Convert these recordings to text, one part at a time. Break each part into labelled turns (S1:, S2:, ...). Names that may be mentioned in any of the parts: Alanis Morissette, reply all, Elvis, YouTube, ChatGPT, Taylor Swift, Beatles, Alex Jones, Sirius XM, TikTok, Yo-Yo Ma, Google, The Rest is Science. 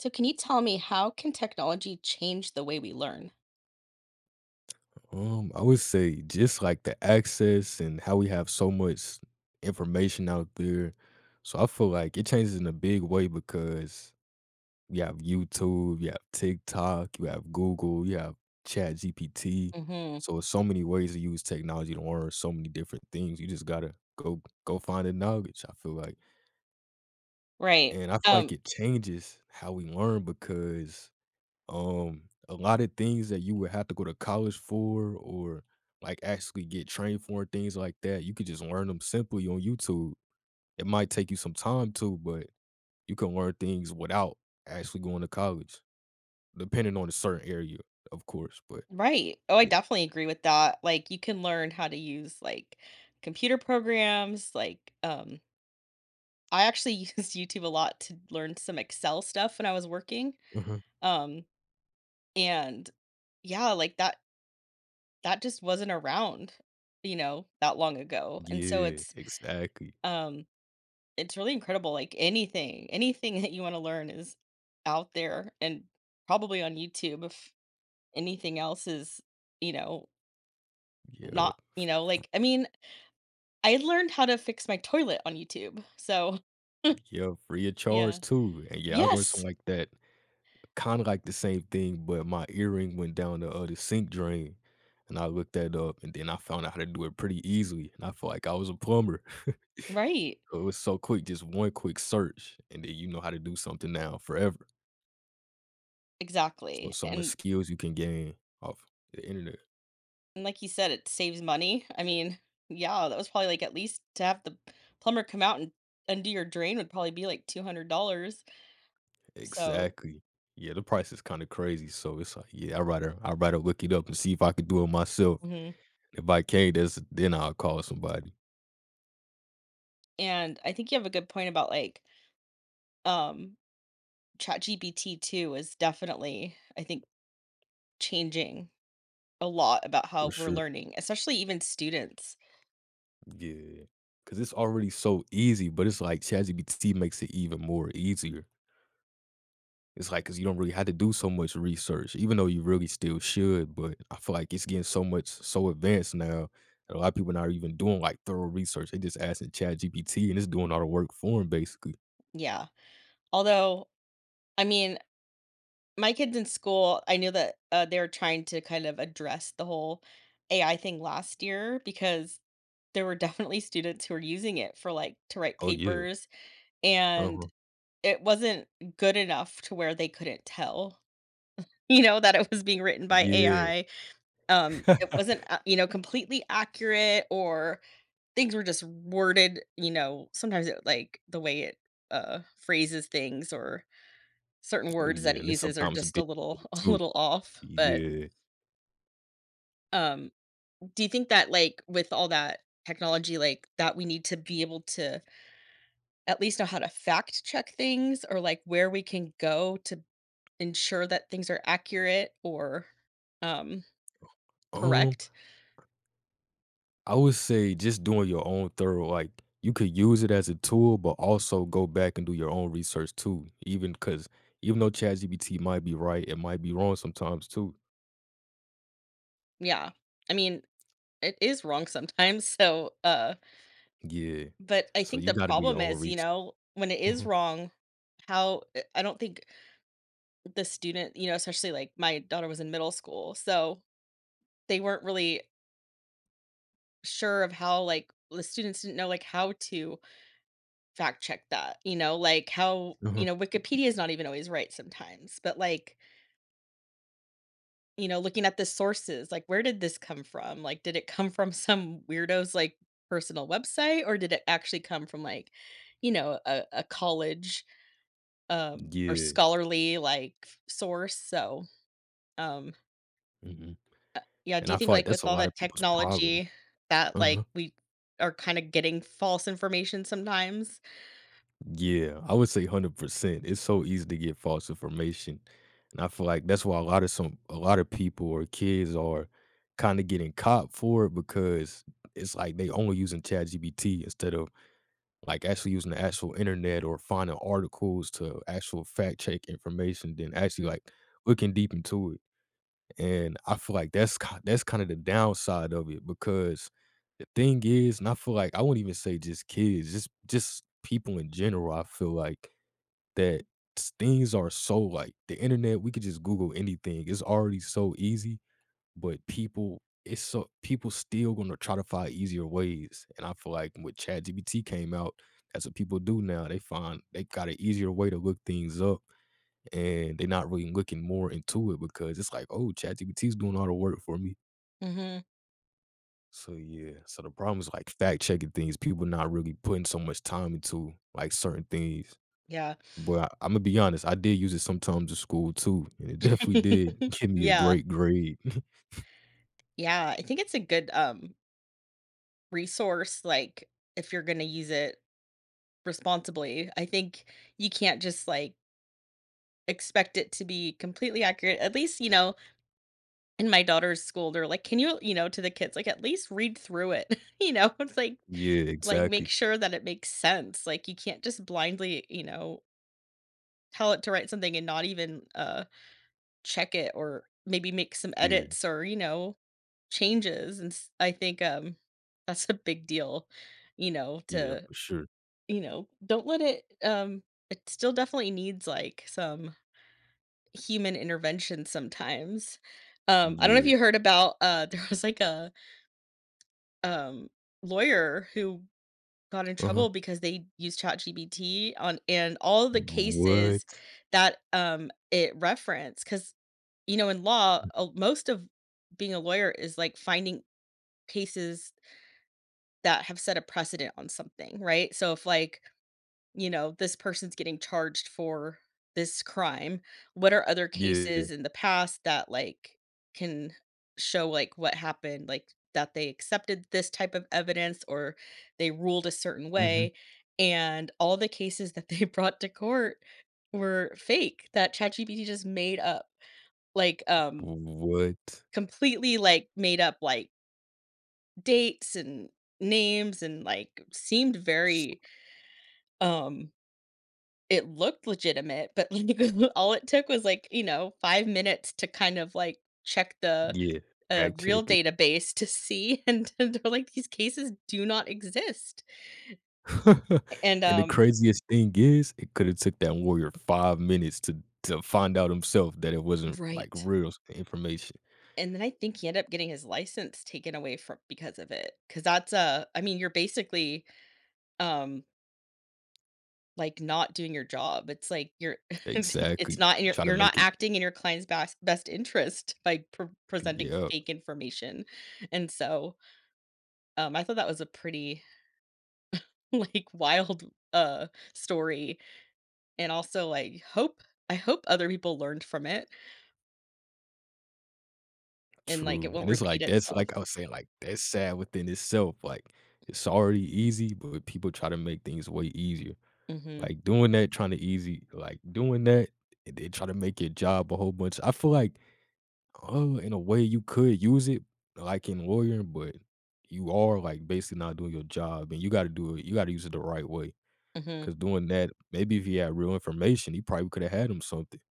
S1: So can you tell me how can technology change the way we learn?
S2: I would say just like the access and how we have so much information out there. So I feel like it changes in a big way because you have YouTube, you have TikTok, you have Google, you have Chat GPT.
S1: Hmm.
S2: So it's so many ways to use technology to learn so many different things. You just gotta go find the knowledge, I feel like.
S1: Right.
S2: And I feel like
S1: Um,
S2: it changes how we learn because a lot of things that you would have to go to college for or like actually get trained for and things like that, you could just learn them simply on YouTube. It might take you some time too, but you can learn things without actually going to college, depending on a certain area, of course. But
S1: right. Oh, I
S2: yeah.
S1: definitely agree with that. Like you can learn how to use like computer programs, like I actually used YouTube a lot to learn some Excel stuff when I was working.
S2: Uh-huh.
S1: Um and Yeah, like that just wasn't around, you know, that long ago. And so
S2: Yeah, exactly.
S1: um it's really incredible, like, anything that you wanna learn is out there and probably on YouTube if anything else is, you know,
S2: Yeah,
S1: not you know, like, I mean, I learned how to fix my toilet on YouTube, so,
S2: yeah, free of charge
S1: yeah.
S2: too. And yeah, I learned
S1: Yes!
S2: something like that. Kinda like the same thing, but my earring went down the sink drain, and I looked that up, and then I found out how to do it pretty easily, and I felt like I was a plumber.
S1: Right.
S2: So it was so quick, just one quick search, and then you know how to do something now forever. So,
S1: Exactly,
S2: so much
S1: and
S2: skills you can gain off the internet.
S1: and like you said, it saves money. I mean, yeah, that was probably, like, at least to have the plumber come out and undo your drain would probably be, like, $200. So.
S2: Exactly. Yeah, the price is kinda crazy, so it's like, yeah, I rather look it up and see if I could do it myself.
S1: Mhm.
S2: If I can't, that's then I'll call somebody
S1: And I think you have a good point about, like, um ChatGPT too is definitely, I think, changing a lot about
S2: for
S1: how we're
S2: sure.
S1: learning, especially even students.
S2: Yeah, cause it's already so easy, but it's like ChatGPT makes it even more easier. It's like cause you don't really have to do so much research, even though you really still should, but I feel like it's getting so advanced now, that a lot of people not even doing, like, thorough research, they just asking ChatGPT, and it's doing all the work for them basically.
S1: Yeah. Although, I mean, my kids in school, I knew that they were trying to kind of address the whole AI thing last year because there were definitely students who were using it for like to write
S2: Oh, yeah.
S1: papers and
S2: Uh-huh.
S1: it wasn't good enough to where they couldn't tell you know that it was being written by
S2: Yeah.
S1: ai. It wasn't you know completely accurate, or things were just worded, you know, sometimes it like the way it phrases things or certain
S2: Oh,
S1: words that
S2: yeah,
S1: it
S2: and then
S1: uses are
S2: sometimes a
S1: just a
S2: bit
S1: little a
S2: too.
S1: little off. But
S2: Yeah.
S1: um do you think that like with all that technology like that we need to be able to at least know how to fact check things, or like where we can go to ensure that things are accurate or um
S2: Um
S1: correct?
S2: I would say just doing your own thorough like, you could use it as a tool, but also go back and do your own research too, even because even though ChatGPT might be right, it might be wrong sometimes too.
S1: Yeah. I mean, it is wrong sometimes, so
S2: Yeah.
S1: but I
S2: So
S1: think
S2: you
S1: the
S2: gotta do your
S1: problem
S2: own
S1: is, you
S2: research.
S1: know, when it is
S2: Mhm,
S1: wrong, how, I don't think the student, you know, especially like my daughter was in middle school, so they weren't really sure of how like the students didn't know like how to fact check that, you know, like how, you
S2: mhm.
S1: know, Wikipedia is not even always right sometimes, but like, you know, looking at the sources, like where did this come from? Like did it come from some weirdo's like personal website, or did it actually come from like, you know, a college or
S2: Yeah,
S1: scholarly, like, source, so, um,
S2: mhm,
S1: yeah,
S2: and
S1: do
S2: I
S1: you think,
S2: feel like
S1: like,
S2: that's
S1: with
S2: a
S1: all
S2: lot of
S1: that
S2: people's problem.
S1: technology that,
S2: Uh-huh.
S1: like, we are kinda getting false information sometimes?
S2: Yeah, I would say 100%. It's so easy to get false information. And I feel like that's why a lot of people or kids are kind of getting caught for it because it's like they only using ChatGPT instead of like actually using the actual internet or finding articles to actual fact check information, then actually
S1: Mhm.
S2: like looking deep into it. And I feel like that's kind of the downside of it because the thing is, and I feel like I wouldn't even say just kids, just people in general. I feel like that things are so like the internet, we could just Google anything. It's already so easy, but people it's so people still gonna try to find easier ways. And I feel like when ChatGPT came out, that's what people do now. They got an easier way to look things up and they're not really looking more into it because it's like, oh, ChatGPT is doing all the work for me.
S1: Mhm.
S2: So yeah. So the problem is like fact checking things, people not really putting so much time into like certain things.
S1: Yeah.
S2: But I Imma be honest, I did use it sometimes in school too, and it definitely did give me a
S1: Yeah,
S2: great grade.
S1: yeah, I think it's a good, resource, like, if you're gonna use it responsibly. I think you can't just, like, expect it to be completely accurate. At least, you know, in my daughter's school, they're like, "Can you," you know, to the kids, like, "At least read through it." You know? It's like
S2: Yeah,
S1: like, make
S2: exactly.
S1: sure that it makes sense. Like, you can't just blindly, you know, tell it to write something and not even, check it or maybe make some
S2: Yeah,
S1: edits or, you know, changes, and s I think, that's a big deal, you know,
S2: yeah,
S1: to
S2: for sure.
S1: you know, don't let it, it still definitely needs, like, some human intervention sometimes. I don't know if
S2: Yeah.
S1: you heard about, there was, like, a, um, lawyer who got in
S2: Uh-huh.
S1: trouble because they used ChatGPT on and all the cases
S2: What?
S1: that, it referenced. Because you know, in law, most of being a lawyer is, like, finding cases that have set a precedent on something, right? So if, like, you know, this person's getting charged for this crime. What are other
S2: Yeah.
S1: cases in the past that like can show like what happened, like that they accepted this type of evidence or they ruled a certain
S2: Mhm.
S1: way. And all the cases that they brought to court were fake that ChatGPT just made up. Like um
S2: What?
S1: Completely like made up like dates and names and like seemed
S2: S
S1: very um it looked legitimate, but, like, all it took was, like, you know, five minutes to kind of, like, check the,
S2: Yeah, fact
S1: real
S2: check it.
S1: database to see, and they're like, "These cases do not exist." And,
S2: And the
S1: um
S2: craziest thing is, it coulda took that warrior 5 minutes to find out himself that it wasn't, like,
S1: Right.
S2: real information.
S1: And then I think he ended up getting his license taken away from because of it, because that's, I mean, you're basically, um, like, not doing your job. It's like you're
S2: Exactly.
S1: it's not in
S2: He
S1: your
S2: tried to
S1: you're not
S2: make it.
S1: acting in your client's best interest by presenting
S2: Yeah.
S1: fake information, and so I thought that was a pretty, like, wild, story, and also, like, hope I hope other people learned from it and, like, it
S2: True, and
S1: won't
S2: it's
S1: repeat
S2: like that's
S1: itself.
S2: like I was saying, like, that's sad within itself, like, it's already easy, but people try to make things way easier.
S1: Mhm.
S2: Like, doing that, and then try to make your job a whole bunch I feel like, oh, in a way you could use it, like in lawyering, but you are, like, basically not doing your job, and you gotta use it the right way,
S1: Mhm.
S2: because doing that maybe if he had real information, he probably coulda had him something.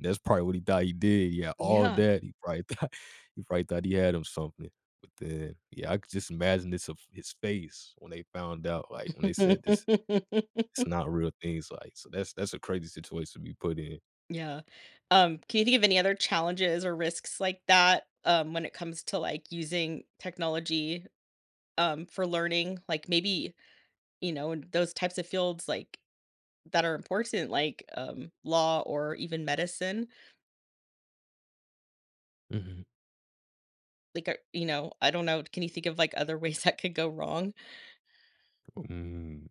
S2: That's probably what he thought he did, yeah, all
S1: Yeah.
S2: that, he probably thought he probably thought he had him something, but then, yeah, I could just imagine this of his face when they found out, like, when they said this it's not real things, like, so that's a crazy situation to be put in.
S1: Yeah. Can you think of any other challenges or risks like that, when it comes to, like, using technology, for learning? Like, maybe, you know, in those types of fields, like, that are important, like, law or even medicine?
S2: Mhm,
S1: Like, you know, I don't know, can you think of, like, other ways that could go wrong?
S2: mm,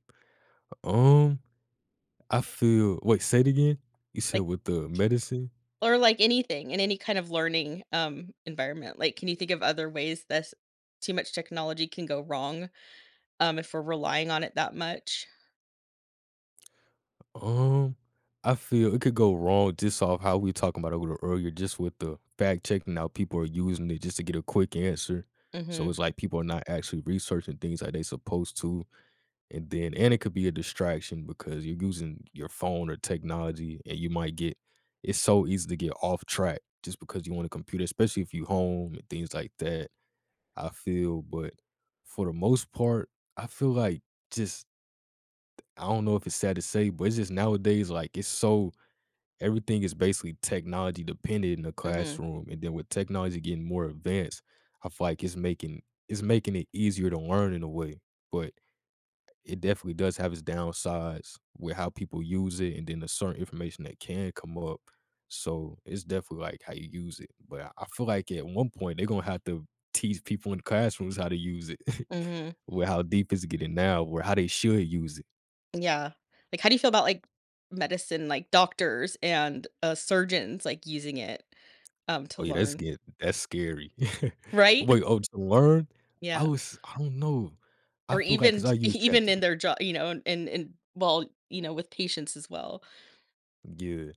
S2: um, I feel wait, say it again? You said
S1: Like,
S2: with the medicine?
S1: or, like, anything in any kind of learning, environment. Like, can you think of other ways this too much technology can go wrong, if we're relying on it that much?
S2: Um, I feel it could go wrong just off how we talking about it a little earlier, just with the fact checking how people are using it just to get a quick answer. So
S1: Mhm.
S2: it's like people are not actually researching things like they supposed to. And then and it could be a distraction because you're using your phone or technology and you might get it's so easy to get off track just because you want a computer, especially if you home and things like that. I feel, but for the most part, I feel like just I don't know if it's sad to say, but it's just nowadays like it's so everything is basically technology dependent in the
S1: Mhm.
S2: classroom, and then with technology getting more advanced, I feel like it's making it easier to learn in a way, but it definitely does have its downsides with how people use it, and then the certain information that can come up. So it's definitely like how you use it, but I feel like at 1 point they're gonna have to teach people in classrooms how to use it,
S1: Mhm.
S2: with how deep it's getting now, or how they should use it.
S1: Yeah. Like, how do you feel about, like, medicine, like, doctors and, surgeons, like, using it,
S2: Oh,
S1: to
S2: yeah, that's
S1: learn?
S2: get that's scary.
S1: Right?
S2: Wait, oh, to learn? I
S1: Yeah.
S2: was I don't know. I
S1: Or
S2: feel like
S1: even
S2: because I
S1: t
S2: use
S1: even in
S2: ChatGPT
S1: their job, you know, and well, you know, with patients as well.
S2: yeah.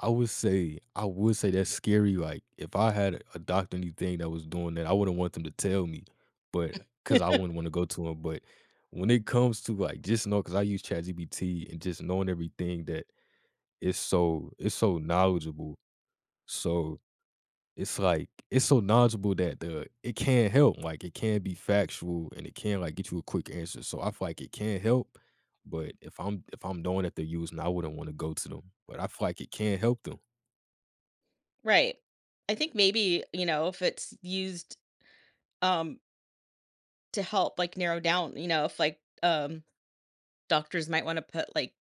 S2: I would say that's scary, like, if I had a doctor or anything that was doing that, I wouldn't want them to tell me, but because I wouldn't wanna go to him, but when it comes to, like, just know, because I use ChatGPT and just knowing everything that it's so knowledgeable, so it's like it's so knowledgeable that the it can help, like, it can be factual and it can, like, get you a quick answer, so I feel like it can help, but if I'm knowing that they're using I wouldn't wanna go to them, but I feel like it can help them.
S1: Right. I think maybe, you know, if it's used, um, to help, like, narrow down, you know, if, like, doctors might wanna put, like,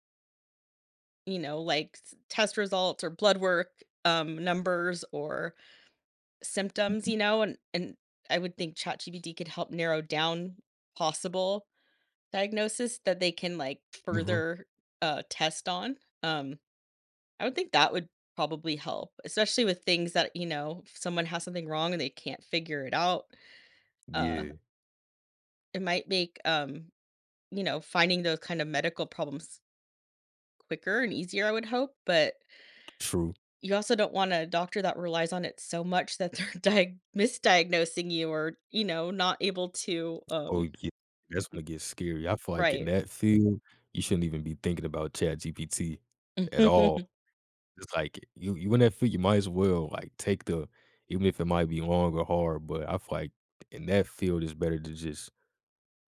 S1: you know, like, s test results or blood work, numbers or symptoms, you know, and I would think ChatGPT could help narrow down possible diagnosis that they can, like,
S2: Uh-huh.
S1: further, test on, um I would think that would probably help, especially with things that, you know, if someone has something wrong and they can't figure it out, uh,
S2: Yeah.
S1: it might make, you know, finding those kind of medical problems quicker and easier, I would hope. But
S2: True.
S1: you also don't want a doctor that relies on it so much that they're misdiagnosing you or, you know, not able to,
S2: Oh, yeah. That's when it gets scary. I feel like in
S1: right.
S2: that field, you shouldn't even be thinking about ChatGPT at all. It's like you in that field, you might as well, like, take the even if it might be long or hard, but I feel like in that field, it's better to just.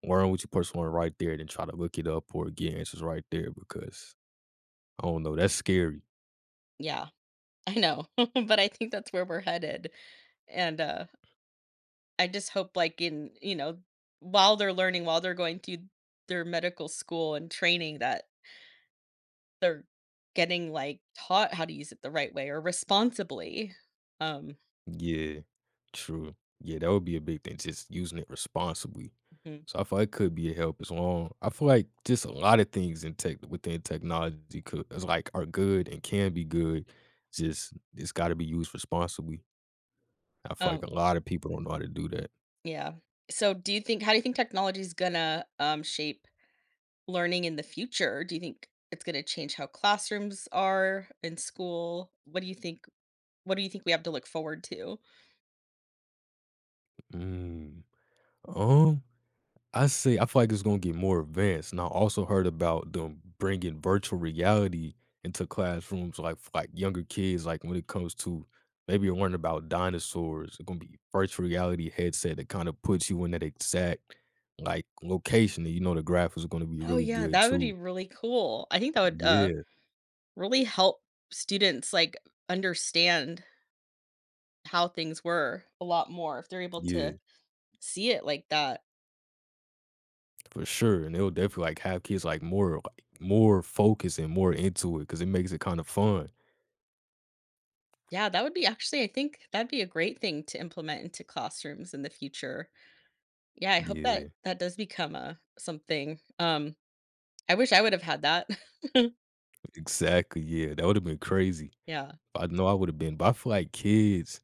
S2: Why don't you post one right there and then try to look it up or get answers right there? Because I don't know, that's scary.
S1: Yeah, I know. But I think that's where we're headed. And I just hope like in, you know, while they're learning, while they're going through their medical school and training that they're getting like taught how to use it the right way or responsibly. Um.
S2: Yeah, true. Yeah, that would be a big thing, just using it responsibly.
S1: Mhm.
S2: So I feel like it could be a help as well. I feel like just a lot of things in tech within technology could is like are good and can be good. Just it's got to be used responsibly. I feel like
S1: um
S2: a lot of people don't know how to do that.
S1: yeah. So do you think how do you think technology is gonna shape learning in the future? Do you think it's gonna change how classrooms are in school? What do you think, what do you think we have to look forward to?
S2: Mm. Um, I say I feel like it's gonna get more advanced, and I also heard about them bringing virtual reality into classrooms, like for like younger kids, like when it comes to maybe you're learning about dinosaurs, it's gonna be virtual reality headset that kind of puts you in that exact like location, and you know the graphics are gonna be
S1: Oh
S2: really
S1: yeah,
S2: good
S1: that would be
S2: too.
S1: really cool. I think that would
S2: Yeah,
S1: really help students, like, understand how things were a lot more if they're able
S2: yeah,
S1: to see it like that.
S2: for sure, and it'll definitely like have kids like more focused and more into it because it makes it kind of fun.
S1: Yeah, that would be actually I think that'd be a great thing to implement into classrooms in the future. Yeah, I hope that
S2: Yeah,
S1: that does become a something. I wish I would have had that.
S2: exactly. Yeah, that would have been crazy.
S1: Yeah.
S2: I know I would've been, but I feel like kids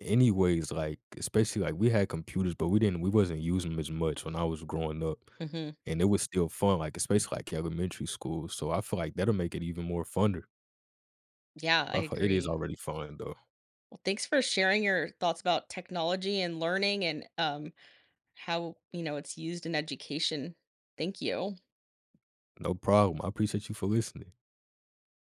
S2: anyways, like, especially, like, we had computers, but we wasn't using them as much when I was growing up,
S1: Mhm.
S2: and it was still fun, like, especially, like, elementary school, so I feel like that'll make it even more funner.
S1: Yeah,
S2: But
S1: I
S2: I feel like it is
S1: agree.
S2: already fun, though.
S1: Well, thanks for sharing your thoughts about technology and learning and, how, you know, it's used in education. Thank you.
S2: No problem, I appreciate you for listening.